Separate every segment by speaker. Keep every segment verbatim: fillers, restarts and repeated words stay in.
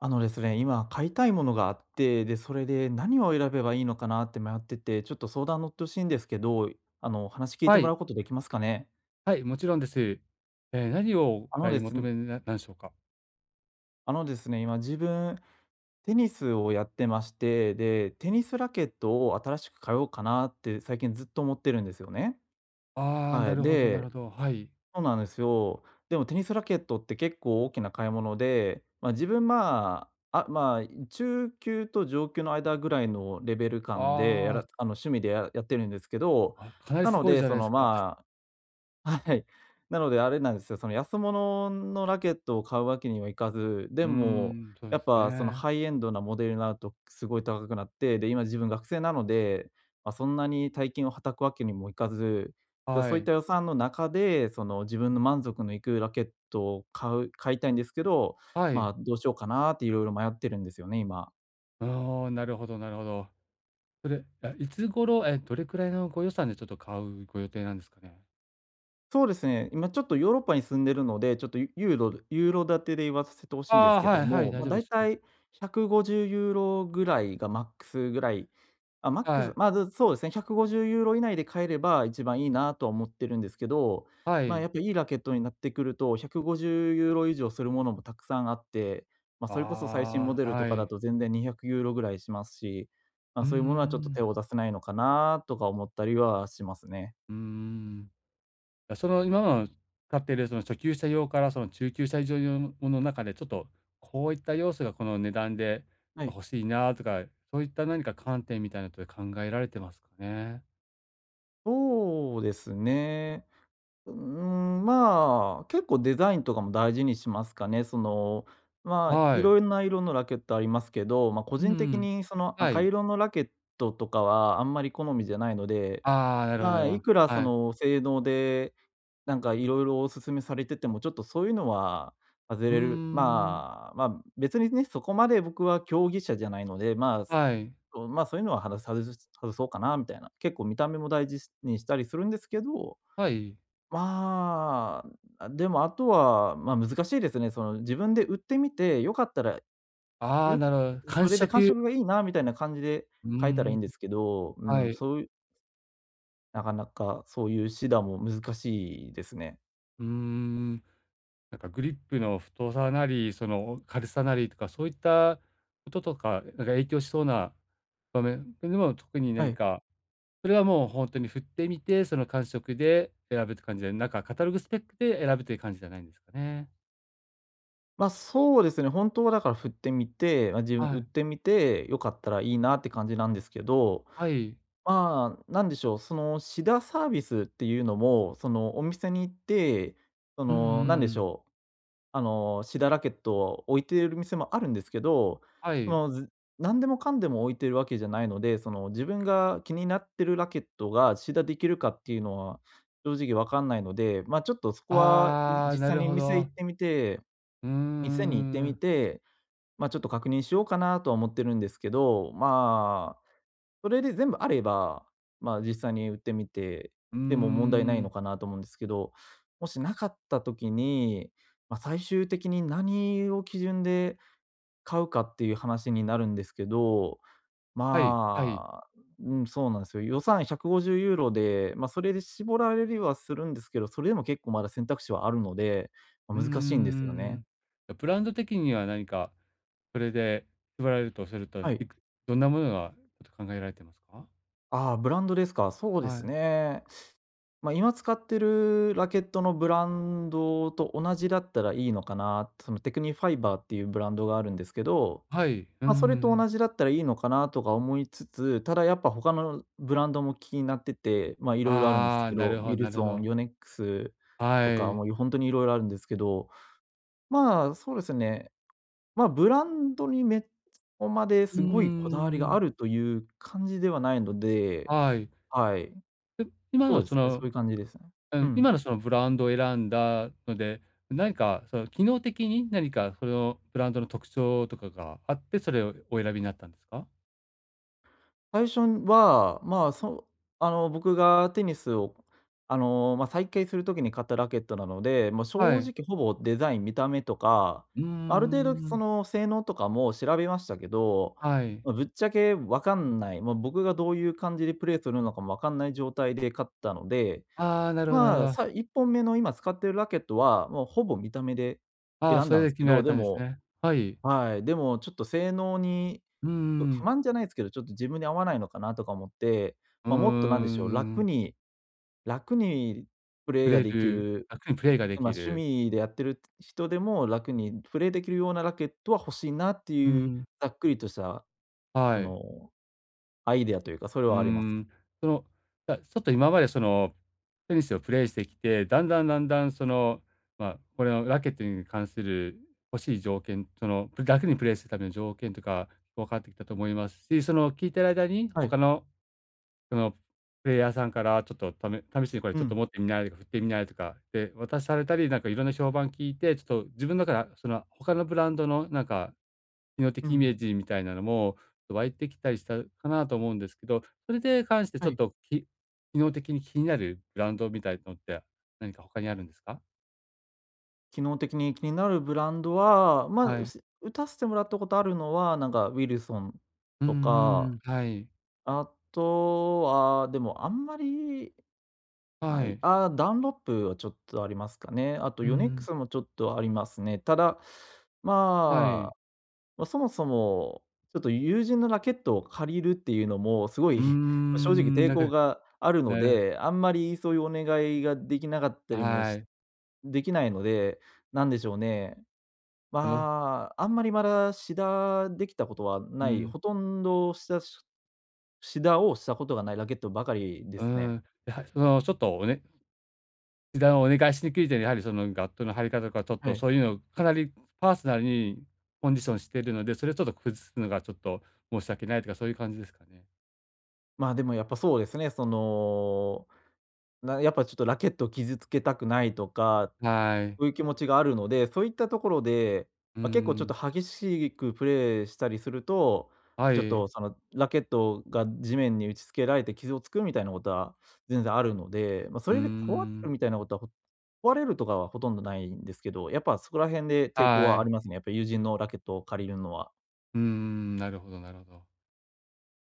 Speaker 1: あのですね、今買いたいものがあって、で、それで何を選べばいいのかなって迷ってて、ちょっと相談乗ってほしいんですけど、あの、話聞い
Speaker 2: は
Speaker 1: てもら
Speaker 2: い、
Speaker 1: うことできますかね？
Speaker 2: はい、もちろんです。えー何をお
Speaker 1: あの
Speaker 2: 買い
Speaker 1: です
Speaker 2: 求
Speaker 1: ね
Speaker 2: めななんでしょうか？
Speaker 1: あのですね、今自分、テニスをやってまして、で、テニスラケットを新しく買おうかなって最近ずっと思ってるんですよね。
Speaker 2: ああ、
Speaker 1: は
Speaker 2: な
Speaker 1: い。
Speaker 2: るほどな
Speaker 1: で
Speaker 2: るほど、はい。
Speaker 1: そうなんですよ。でもテニスラケットって結構大きな買い物で、まあ、自分、まあ、あ、まあ、中級と上級の間ぐらいのレベル感で、やら
Speaker 2: あ
Speaker 1: あの、趣味でややってるんですけど、
Speaker 2: あ、あ、かなり
Speaker 1: な
Speaker 2: す
Speaker 1: の
Speaker 2: ごい
Speaker 1: で、
Speaker 2: じゃな
Speaker 1: そ
Speaker 2: いで
Speaker 1: の、
Speaker 2: すか。
Speaker 1: まあ、はい。なのであれなんですよ、その安物のラケットを買うわけにはいかず、
Speaker 2: う
Speaker 1: で
Speaker 2: ー
Speaker 1: も、
Speaker 2: ん、そうで
Speaker 1: やっ
Speaker 2: す
Speaker 1: ぱその
Speaker 2: ね。
Speaker 1: ハイエンドなモデルになるとすごい高くなって、で、今自分学生なので、まあ、そんなに大金をはたくわけにもいかず、で、
Speaker 2: は
Speaker 1: そういっ
Speaker 2: い、
Speaker 1: た予算の中で、その自分の満足のいくラケットを買う買いたいんですけど、
Speaker 2: は
Speaker 1: ま
Speaker 2: い。
Speaker 1: あ、どうしようかなっていろいろ迷ってるんですよね、今。
Speaker 2: ああ、なるほどなるほど。それ、あ、いつ頃、え、どれくらいのご予算でちょっと買うご予定なんですかね？
Speaker 1: そうですね、今ちょっとヨーロッパに住んでるので、ちょっとユユーロユーロ建てで言わせてほしいんで
Speaker 2: あ
Speaker 1: す
Speaker 2: あ、
Speaker 1: け
Speaker 2: は
Speaker 1: ど
Speaker 2: いはい、
Speaker 1: も、
Speaker 2: 大
Speaker 1: まあ、
Speaker 2: 丈夫
Speaker 1: だ
Speaker 2: で
Speaker 1: い
Speaker 2: す
Speaker 1: た
Speaker 2: ね。
Speaker 1: いひゃくごじゅうユーロぐらいがマックスぐらい、あ、マック
Speaker 2: は
Speaker 1: ス、
Speaker 2: い、
Speaker 1: ま、ず、そうですね、ひゃくごじゅうユーロ以内で買えれば一番いいなとは思ってるんですけど、
Speaker 2: は
Speaker 1: まあ、
Speaker 2: い。
Speaker 1: やっぱいいラケットになってくると、ひゃくごじゅうユーロ以上するものもたくさんあって、まあ、それこそ最新モ
Speaker 2: あ
Speaker 1: デ
Speaker 2: あ、
Speaker 1: ルと
Speaker 2: は
Speaker 1: かだ
Speaker 2: い。
Speaker 1: と全然にひゃくユーロぐらいしますし、ま
Speaker 2: う
Speaker 1: あ、
Speaker 2: ー
Speaker 1: そういうものはちょっと手
Speaker 2: ん、
Speaker 1: を出せないのかなとか思ったりはしますね。
Speaker 2: うーん。や、その今の使っているその初級者用からその中級者以上用のものの中で、ちょっとこういった要素がこの値段でちょっ
Speaker 1: は
Speaker 2: と
Speaker 1: い。
Speaker 2: 欲しいなとか、そういった何か観点みたいなことで考えられてますかね？
Speaker 1: そうですね。うーん、まあ、結構デザインとかも大事にしますかね。その、まあ、
Speaker 2: は
Speaker 1: い
Speaker 2: い。
Speaker 1: ろんな色のラケットありますけど、まあ、個
Speaker 2: う
Speaker 1: 人的
Speaker 2: ん。
Speaker 1: にその
Speaker 2: は
Speaker 1: 赤
Speaker 2: い。
Speaker 1: 色のラケットとかはあんまり好みじゃないので、
Speaker 2: ああ、なるほど
Speaker 1: ま
Speaker 2: なる
Speaker 1: あ、
Speaker 2: ほ
Speaker 1: い
Speaker 2: ど。
Speaker 1: くらそ
Speaker 2: はい。
Speaker 1: の性能で、なんかいろいろお勧めされてても、ちょっとそういうのは外
Speaker 2: うー
Speaker 1: れる。
Speaker 2: ん。
Speaker 1: まあ、まあ、別にね、そこまで僕は競技者じゃないので、まあ、
Speaker 2: はい。
Speaker 1: そう、まあ、そういうのははだ外す外そうかなみたいな。結構見た目も大事にしたりするんですけど、
Speaker 2: はい。
Speaker 1: まあ、あ、でもあとは、ま、難しいですね。その自分で売ってみて、良かったら、
Speaker 2: ああ、
Speaker 1: よ
Speaker 2: なるほど。
Speaker 1: そ
Speaker 2: 間
Speaker 1: れで感
Speaker 2: 食
Speaker 1: 触がいいなみたいな感じで
Speaker 2: うー
Speaker 1: 書えたらい
Speaker 2: ん、
Speaker 1: いんですけど、う
Speaker 2: は
Speaker 1: ん、
Speaker 2: い。
Speaker 1: そういうなかなかそういう指導も難しいですね。
Speaker 2: うーん。なんかグリップの太さなり、その軽さなりとか、そういったこととか、なんか影響しそうな場面でも特に
Speaker 1: は
Speaker 2: 何
Speaker 1: い。
Speaker 2: か、それはもうほんとに振ってみて、その感触で選ぶって感じで、なんかカタログスペックで選ぶという感じじゃないんですかね。
Speaker 1: ま、そうですね、本当はだから振ってみて、まあ、自分
Speaker 2: は
Speaker 1: 売っ
Speaker 2: い。
Speaker 1: てみて、良かったらいいなって感じなんですけど、
Speaker 2: はい。
Speaker 1: まあ、なんでしょう、そのシダサービスっていうのも、そのお店に行って、そ
Speaker 2: うんう
Speaker 1: のなんでし
Speaker 2: ん。
Speaker 1: ょう、あのシダラケットを置いている店もあるんですけど、
Speaker 2: は
Speaker 1: そ
Speaker 2: い。
Speaker 1: のず何でもかんでも置いてるわけじゃないので、その自分が気になってるラケットがシダできるかっていうのは正直わかんないので、まあちょっとそこは、い
Speaker 2: ああ、
Speaker 1: 実
Speaker 2: な
Speaker 1: 際
Speaker 2: る
Speaker 1: に
Speaker 2: ほ
Speaker 1: 店行
Speaker 2: ど。
Speaker 1: ってみて
Speaker 2: うー
Speaker 1: 店に行ってみ
Speaker 2: ん。
Speaker 1: て、まあちょっと確認しようかなとは思ってるんですけど、まあそれで全部あれば、まあ、実際に売ってみて、
Speaker 2: うー
Speaker 1: でも問題ないの
Speaker 2: ん。
Speaker 1: かなと思うんですけど、もしなかった時に、まあ、最終的に何を基準で買うかっていう話になるんですけど、
Speaker 2: はい、はい。
Speaker 1: まあ、うん、そうなんですよ。予算ひゃくごじゅうユーロで、ま、それで絞られるはするんですけど、それでも結構まだ選択肢はあるので、ま、
Speaker 2: うーうん
Speaker 1: 難しいんですよね。
Speaker 2: うん。ブランド的には何かそれで縛られるとおっしゃると、
Speaker 1: はい。
Speaker 2: いくどんなものがちょっと考えられてますか？
Speaker 1: ああ、ブランドですか。そうで
Speaker 2: は
Speaker 1: す
Speaker 2: い。
Speaker 1: ね。まあ、今使ってるラケットのブランドと同じだったらいいのかな、そのテクニファイバーっていうブランドがあるんですけど、
Speaker 2: はい。うん
Speaker 1: まあ、それ
Speaker 2: うんう
Speaker 1: と
Speaker 2: ん。
Speaker 1: 同じだったらいいのかなとか思いつつ、ただやっぱ他のブランドも気になってて、まあ、いろいろあるんです
Speaker 2: ああ、
Speaker 1: け
Speaker 2: な
Speaker 1: ど、
Speaker 2: る
Speaker 1: ウ
Speaker 2: ほ
Speaker 1: ィ
Speaker 2: ど
Speaker 1: ル
Speaker 2: なるほ
Speaker 1: ソン、
Speaker 2: ど。
Speaker 1: ヨネックス
Speaker 2: は
Speaker 1: とか、
Speaker 2: い。
Speaker 1: もう本当にいろいろあるんですけど、まあ、そうですね、まあ、ブランドにめっこまで
Speaker 2: うー
Speaker 1: すごいこだわりがあ
Speaker 2: ん。
Speaker 1: るという感じではないので、
Speaker 2: はい。
Speaker 1: はい、
Speaker 2: で、今
Speaker 1: そう
Speaker 2: の
Speaker 1: で
Speaker 2: そ
Speaker 1: すね、そ
Speaker 2: の、
Speaker 1: ういう感じですね。
Speaker 2: う
Speaker 1: う
Speaker 2: ん、
Speaker 1: ん。
Speaker 2: 今のそのブランドを選んだので、何かその機能的に何かそのブランドの特徴とかがあって、それをお選びになったんですか？
Speaker 1: 最初は、まあ、そあの、僕がテニスを、あの、まあ、再開するときに買ったラケットなので、もう
Speaker 2: は
Speaker 1: 正
Speaker 2: い。
Speaker 1: 直ほぼデザイン、見た目とか、
Speaker 2: うん
Speaker 1: まある程度
Speaker 2: ん、
Speaker 1: その性能とかも調べましたけど、
Speaker 2: はい。
Speaker 1: ま、ぶっちゃけわかんない、まあ、僕がどういう感じでプレーするのかもわかんない状態で買ったので、
Speaker 2: ああ、なるほどなるほ
Speaker 1: まあ、さ
Speaker 2: ど。
Speaker 1: いっぽんめの今使ってるラケットは、もうほぼ見た目で
Speaker 2: ああ、
Speaker 1: 選ん
Speaker 2: そ
Speaker 1: だ
Speaker 2: れ
Speaker 1: んで
Speaker 2: で
Speaker 1: す
Speaker 2: 決
Speaker 1: け
Speaker 2: めら
Speaker 1: ど、
Speaker 2: れ
Speaker 1: で
Speaker 2: たんです
Speaker 1: も
Speaker 2: ね。はい。
Speaker 1: はい、でもちょっと性能に
Speaker 2: うーう
Speaker 1: 不
Speaker 2: ん。
Speaker 1: 満じゃないですけど、ちょっと自分に合わないのかなとか思って、
Speaker 2: う
Speaker 1: まあ、もっとなん
Speaker 2: ー
Speaker 1: でしょう、楽
Speaker 2: ん、
Speaker 1: に楽にプレ
Speaker 2: プ
Speaker 1: ーが
Speaker 2: レ
Speaker 1: でき
Speaker 2: る
Speaker 1: る、
Speaker 2: 楽にプレイがで
Speaker 1: ま
Speaker 2: き
Speaker 1: あ、趣
Speaker 2: る。
Speaker 1: 味でやってる人でも楽にプレーできるようなラケットは欲しいなって
Speaker 2: う
Speaker 1: いう、
Speaker 2: ん、
Speaker 1: ざっくりとした
Speaker 2: は
Speaker 1: そ
Speaker 2: い。
Speaker 1: のアイデアというか、それ
Speaker 2: う
Speaker 1: はあります。
Speaker 2: ーん、その、だちょっと今までその、テニスをプレイしてきて、だんだんだんだんその、まあ、これのラケットに関する欲しい条件、その、ぷ楽にプレイするための条件とか分かってきたと思いますし、その、聞いてる間に
Speaker 1: は
Speaker 2: 他
Speaker 1: い。
Speaker 2: の、その、プレイヤーさんからちょっとため試しにこれ
Speaker 1: う
Speaker 2: ちょっと
Speaker 1: ん、
Speaker 2: 持ってみないとか振ってみないとかで渡されたり、なんかいろんな評判聞いて、ちょっと自分だから、その、他のブランドのなんか機能
Speaker 1: う
Speaker 2: 的イメー
Speaker 1: ん、
Speaker 2: ジみたいなのも湧いてきたりしたかなと思うんですけど、それで関してち
Speaker 1: は
Speaker 2: ょっ
Speaker 1: い。
Speaker 2: と、き機能的に気になるブランドみたいのって何か他にあるんですか？
Speaker 1: 機能的に気になるブランドは、ま、
Speaker 2: は
Speaker 1: あ
Speaker 2: い。
Speaker 1: す打たせてもらったことあるのは、なんかウィルソン
Speaker 2: うん
Speaker 1: と
Speaker 2: うんう
Speaker 1: か、
Speaker 2: ん。はい。
Speaker 1: あとは、でもあんまり
Speaker 2: は
Speaker 1: はい、
Speaker 2: い。
Speaker 1: あーダンロップはちょっとありますかね。あと
Speaker 2: う
Speaker 1: ヨネック
Speaker 2: ん。
Speaker 1: スもちょっとありますね。ただ、
Speaker 2: は
Speaker 1: ま
Speaker 2: い。
Speaker 1: あ、ま、そもそも、ちょっと友人のラケットを借りるっていうのも、すご
Speaker 2: う
Speaker 1: い
Speaker 2: ー
Speaker 1: ま、正直
Speaker 2: ん、
Speaker 1: 抵
Speaker 2: なんか、
Speaker 1: 抗があるの
Speaker 2: なる
Speaker 1: で、あんまりそういうお願いができなかったりも
Speaker 2: は
Speaker 1: し
Speaker 2: い。
Speaker 1: できないので、なんでしょうね。
Speaker 2: あの
Speaker 1: まあ、あんまりまだシダできたことは
Speaker 2: う
Speaker 1: ない、
Speaker 2: ん、
Speaker 1: ほとんどシダシダをしたことがないラケットばかりで
Speaker 2: うー
Speaker 1: すね。
Speaker 2: ん。やはりそのちょっとおね時短をお願いしにくいというやはりそのガットの張り方とか、ちょっ
Speaker 1: は
Speaker 2: と
Speaker 1: い。
Speaker 2: そういうのをかなりパーソナルにコンディションしているので、それをちょっと崩すのがちょっと申し訳ないとか、そういう感じですかね。
Speaker 1: まあ、でもやっぱそうですね、その、なやっぱちょっとラケットを傷つけたくないとか、
Speaker 2: はい。
Speaker 1: そういう気持ちがあるので、そういったところで、
Speaker 2: うー
Speaker 1: まあ、結構ちょっ
Speaker 2: ん。
Speaker 1: と激しくプレイしたりすると、
Speaker 2: は
Speaker 1: ちょっ
Speaker 2: い。
Speaker 1: とそのラケットが地面に打ちつけられて傷をつくみたいなことは全然あるので、まあ、
Speaker 2: う
Speaker 1: そ
Speaker 2: ー
Speaker 1: れで壊れる
Speaker 2: ん。
Speaker 1: みたいなことは、ほ壊れるとかはほとんどないんですけど、やっぱそこら辺で抵抗
Speaker 2: は
Speaker 1: はあ
Speaker 2: い。
Speaker 1: りますね。やっぱ友人のラケットを借りるのは。
Speaker 2: うーん、なるほどなるほど。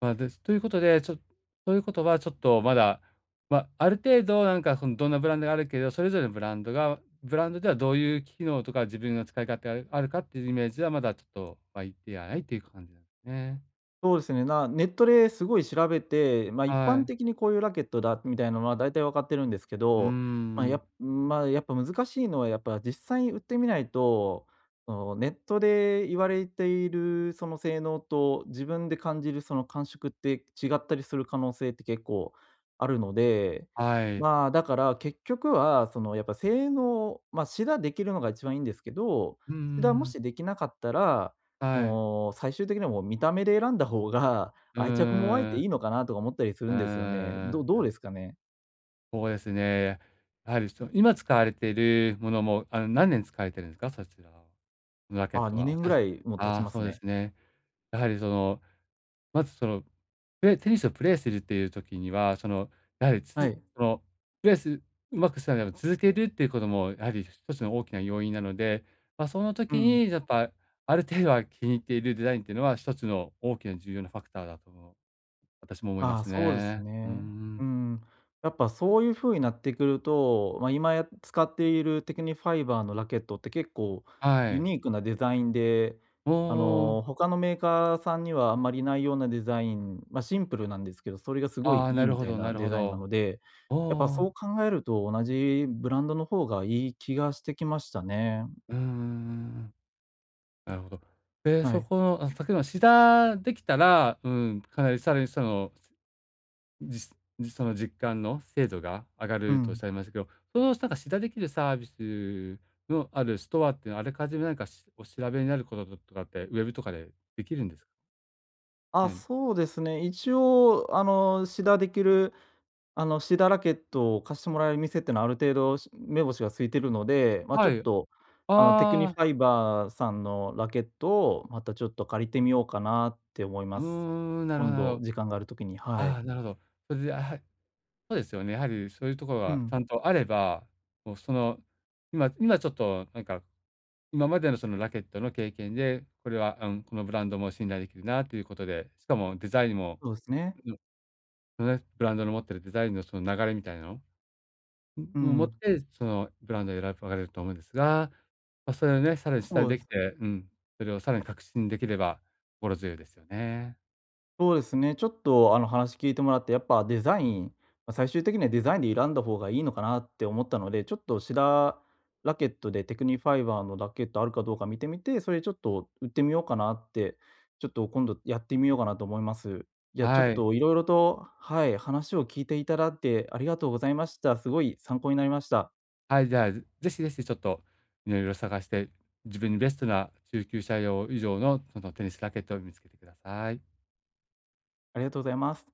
Speaker 2: ま、あですということで、ちょということはちょっとまだ、ま、あある程度なんかそのどんなブランドがあるけど、それぞれのブランドがブランドではどういう機能とか自分の使い勝手があるかっていうイメージはまだちょっと湧いてはないっていう感じなんですね。
Speaker 1: そうですね、なネットですごい調べて、まあ、一
Speaker 2: は
Speaker 1: 般
Speaker 2: い。
Speaker 1: 的にこういうラケットだみたいなのは大体分かってるんですけ
Speaker 2: うー
Speaker 1: ど、ま、や
Speaker 2: ん、
Speaker 1: っまあ、やっぱ難しいのはやっぱ実際に売ってみないと、そのネットで言われているその性能と自分で感じるその感触って違ったりする可能性って結構あるので、
Speaker 2: はい。
Speaker 1: まあ、だから結局はそのやっぱ性能まあ、シダできるのが一番いいんですけど、
Speaker 2: うん
Speaker 1: シダも
Speaker 2: ん。
Speaker 1: しできなかったら
Speaker 2: はい。
Speaker 1: もう、最終的にはもう見た目で選んだ方が、
Speaker 2: う
Speaker 1: 愛着も湧い
Speaker 2: ー
Speaker 1: て
Speaker 2: ん、
Speaker 1: いいのかなとか思ったりす
Speaker 2: う
Speaker 1: る
Speaker 2: ー
Speaker 1: んですよね。ど
Speaker 2: ん、
Speaker 1: どう
Speaker 2: な
Speaker 1: ですかね？
Speaker 2: そうですね。やはりその、今使われているものも、あの、何年使われてるんですか？そちらのラケッ
Speaker 1: あ、
Speaker 2: トは。
Speaker 1: 2
Speaker 2: あ、
Speaker 1: 年
Speaker 2: そ
Speaker 1: ぐ
Speaker 2: うで
Speaker 1: ら
Speaker 2: す。
Speaker 1: いもう経
Speaker 2: あ
Speaker 1: ち
Speaker 2: あ、
Speaker 1: ま
Speaker 2: そ
Speaker 1: す
Speaker 2: うで
Speaker 1: ね。
Speaker 2: すね。やはりそのまずその、プレーテニスをプレーするっていう時には、その、やはり
Speaker 1: は
Speaker 2: つ
Speaker 1: い。
Speaker 2: その、プレーすうまくするならば続けるっていうこともやはり一つの大きな要因なので、ま、その
Speaker 1: う
Speaker 2: 時
Speaker 1: ん。
Speaker 2: にやっぱ、ある程度は気に入っているデザインっていうのは一つの大きな重要なファクターだと私も思いま
Speaker 1: ああ、
Speaker 2: す
Speaker 1: そうです
Speaker 2: ね。うー
Speaker 1: ね。う
Speaker 2: ん。
Speaker 1: ん。やっぱそういう風になってくると、まあ、今や使っているテクニファイバーのラケットって結構
Speaker 2: は
Speaker 1: ユ
Speaker 2: い。
Speaker 1: ニークなデザインで、
Speaker 2: おお、
Speaker 1: あ
Speaker 2: おお。
Speaker 1: の、他のメーカーさんにはあんまりないようなデザイン、まあ、シンプルなんですけど、それがすご
Speaker 2: あ
Speaker 1: い
Speaker 2: あ、
Speaker 1: い
Speaker 2: な
Speaker 1: い
Speaker 2: る
Speaker 1: み
Speaker 2: ほ
Speaker 1: たい
Speaker 2: どな
Speaker 1: な
Speaker 2: る
Speaker 1: デ
Speaker 2: ほ
Speaker 1: ザインな
Speaker 2: ど。
Speaker 1: ので、
Speaker 2: お
Speaker 1: やっぱ
Speaker 2: お、
Speaker 1: そ
Speaker 2: お。
Speaker 1: う考えると同じブランドの方がいい気がしてきましたね。
Speaker 2: うんうんうんうん。なるほど。で、
Speaker 1: は
Speaker 2: そ
Speaker 1: い。
Speaker 2: この、あ、先ほどのシダできたら、うん、かなりさらにそのじその実感の精度が上が
Speaker 1: う
Speaker 2: るとおっ
Speaker 1: ん。
Speaker 2: しゃいましたけど、そのなんかしできるサービスのあるストアっていうのは、あらかじめなんかしお調べになることとかって、ウェブとかでできるんですか
Speaker 1: あ、
Speaker 2: ね？
Speaker 1: そうですね。一応あの、シダできるあの、シーダーラケットを貸してもらえる店ってのはある程度し目星がついてるので、ま、ちょ
Speaker 2: は
Speaker 1: っ
Speaker 2: い。
Speaker 1: と、あの、テクニフ
Speaker 2: ああ、
Speaker 1: ァイバーさんのラケットをまたちょっと借りてみようかなって思い
Speaker 2: う
Speaker 1: ま
Speaker 2: ー
Speaker 1: す。
Speaker 2: ん、なるほ
Speaker 1: 今
Speaker 2: どなる
Speaker 1: 度
Speaker 2: ほど。
Speaker 1: 時間がある時に、は
Speaker 2: あ
Speaker 1: い。
Speaker 2: あ、なるほど。それで、あ、はい、そうですよね。やはりそういうところ
Speaker 1: う
Speaker 2: がち
Speaker 1: ん、
Speaker 2: ゃんとあれば、もうその、今今ちょっとなんか、今までのそのラケットの経験で、これは、うん、このブランドも信頼できるなということで、しかもデザインも
Speaker 1: そうですね。
Speaker 2: そのね、ブランドの持ってるデザインのその流れみたいなの、
Speaker 1: う
Speaker 2: を持っ
Speaker 1: ん、
Speaker 2: て、そのブランドを選ばれると思うんですが、ま、それをね、さらに下に
Speaker 1: そう
Speaker 2: で
Speaker 1: で
Speaker 2: き
Speaker 1: す。
Speaker 2: て、うん、それをさらに確信できれば心強いですよね。
Speaker 1: そうですね、ちょっとあの話聞いてもらって、やっぱデザイン、ま、最終的にはデザインで選んだ方がいいのかなって思ったので、ちょっとシダラケットでテクニファイバーのラケットあるかどうか見てみて、それちょっと売ってみようかなって、ちょっと今度やってみようかなと思います。いや、ちょっ
Speaker 2: はい。
Speaker 1: といろいろとはい、話を聞いていただいてありがとうございました。すごい参考になりました。
Speaker 2: はい、じゃあ、ぜぜひぜひちょっと色々探して、自分にベストな中級者用以上のそのテニスラケットを見つけてください。
Speaker 1: ありがとうございます。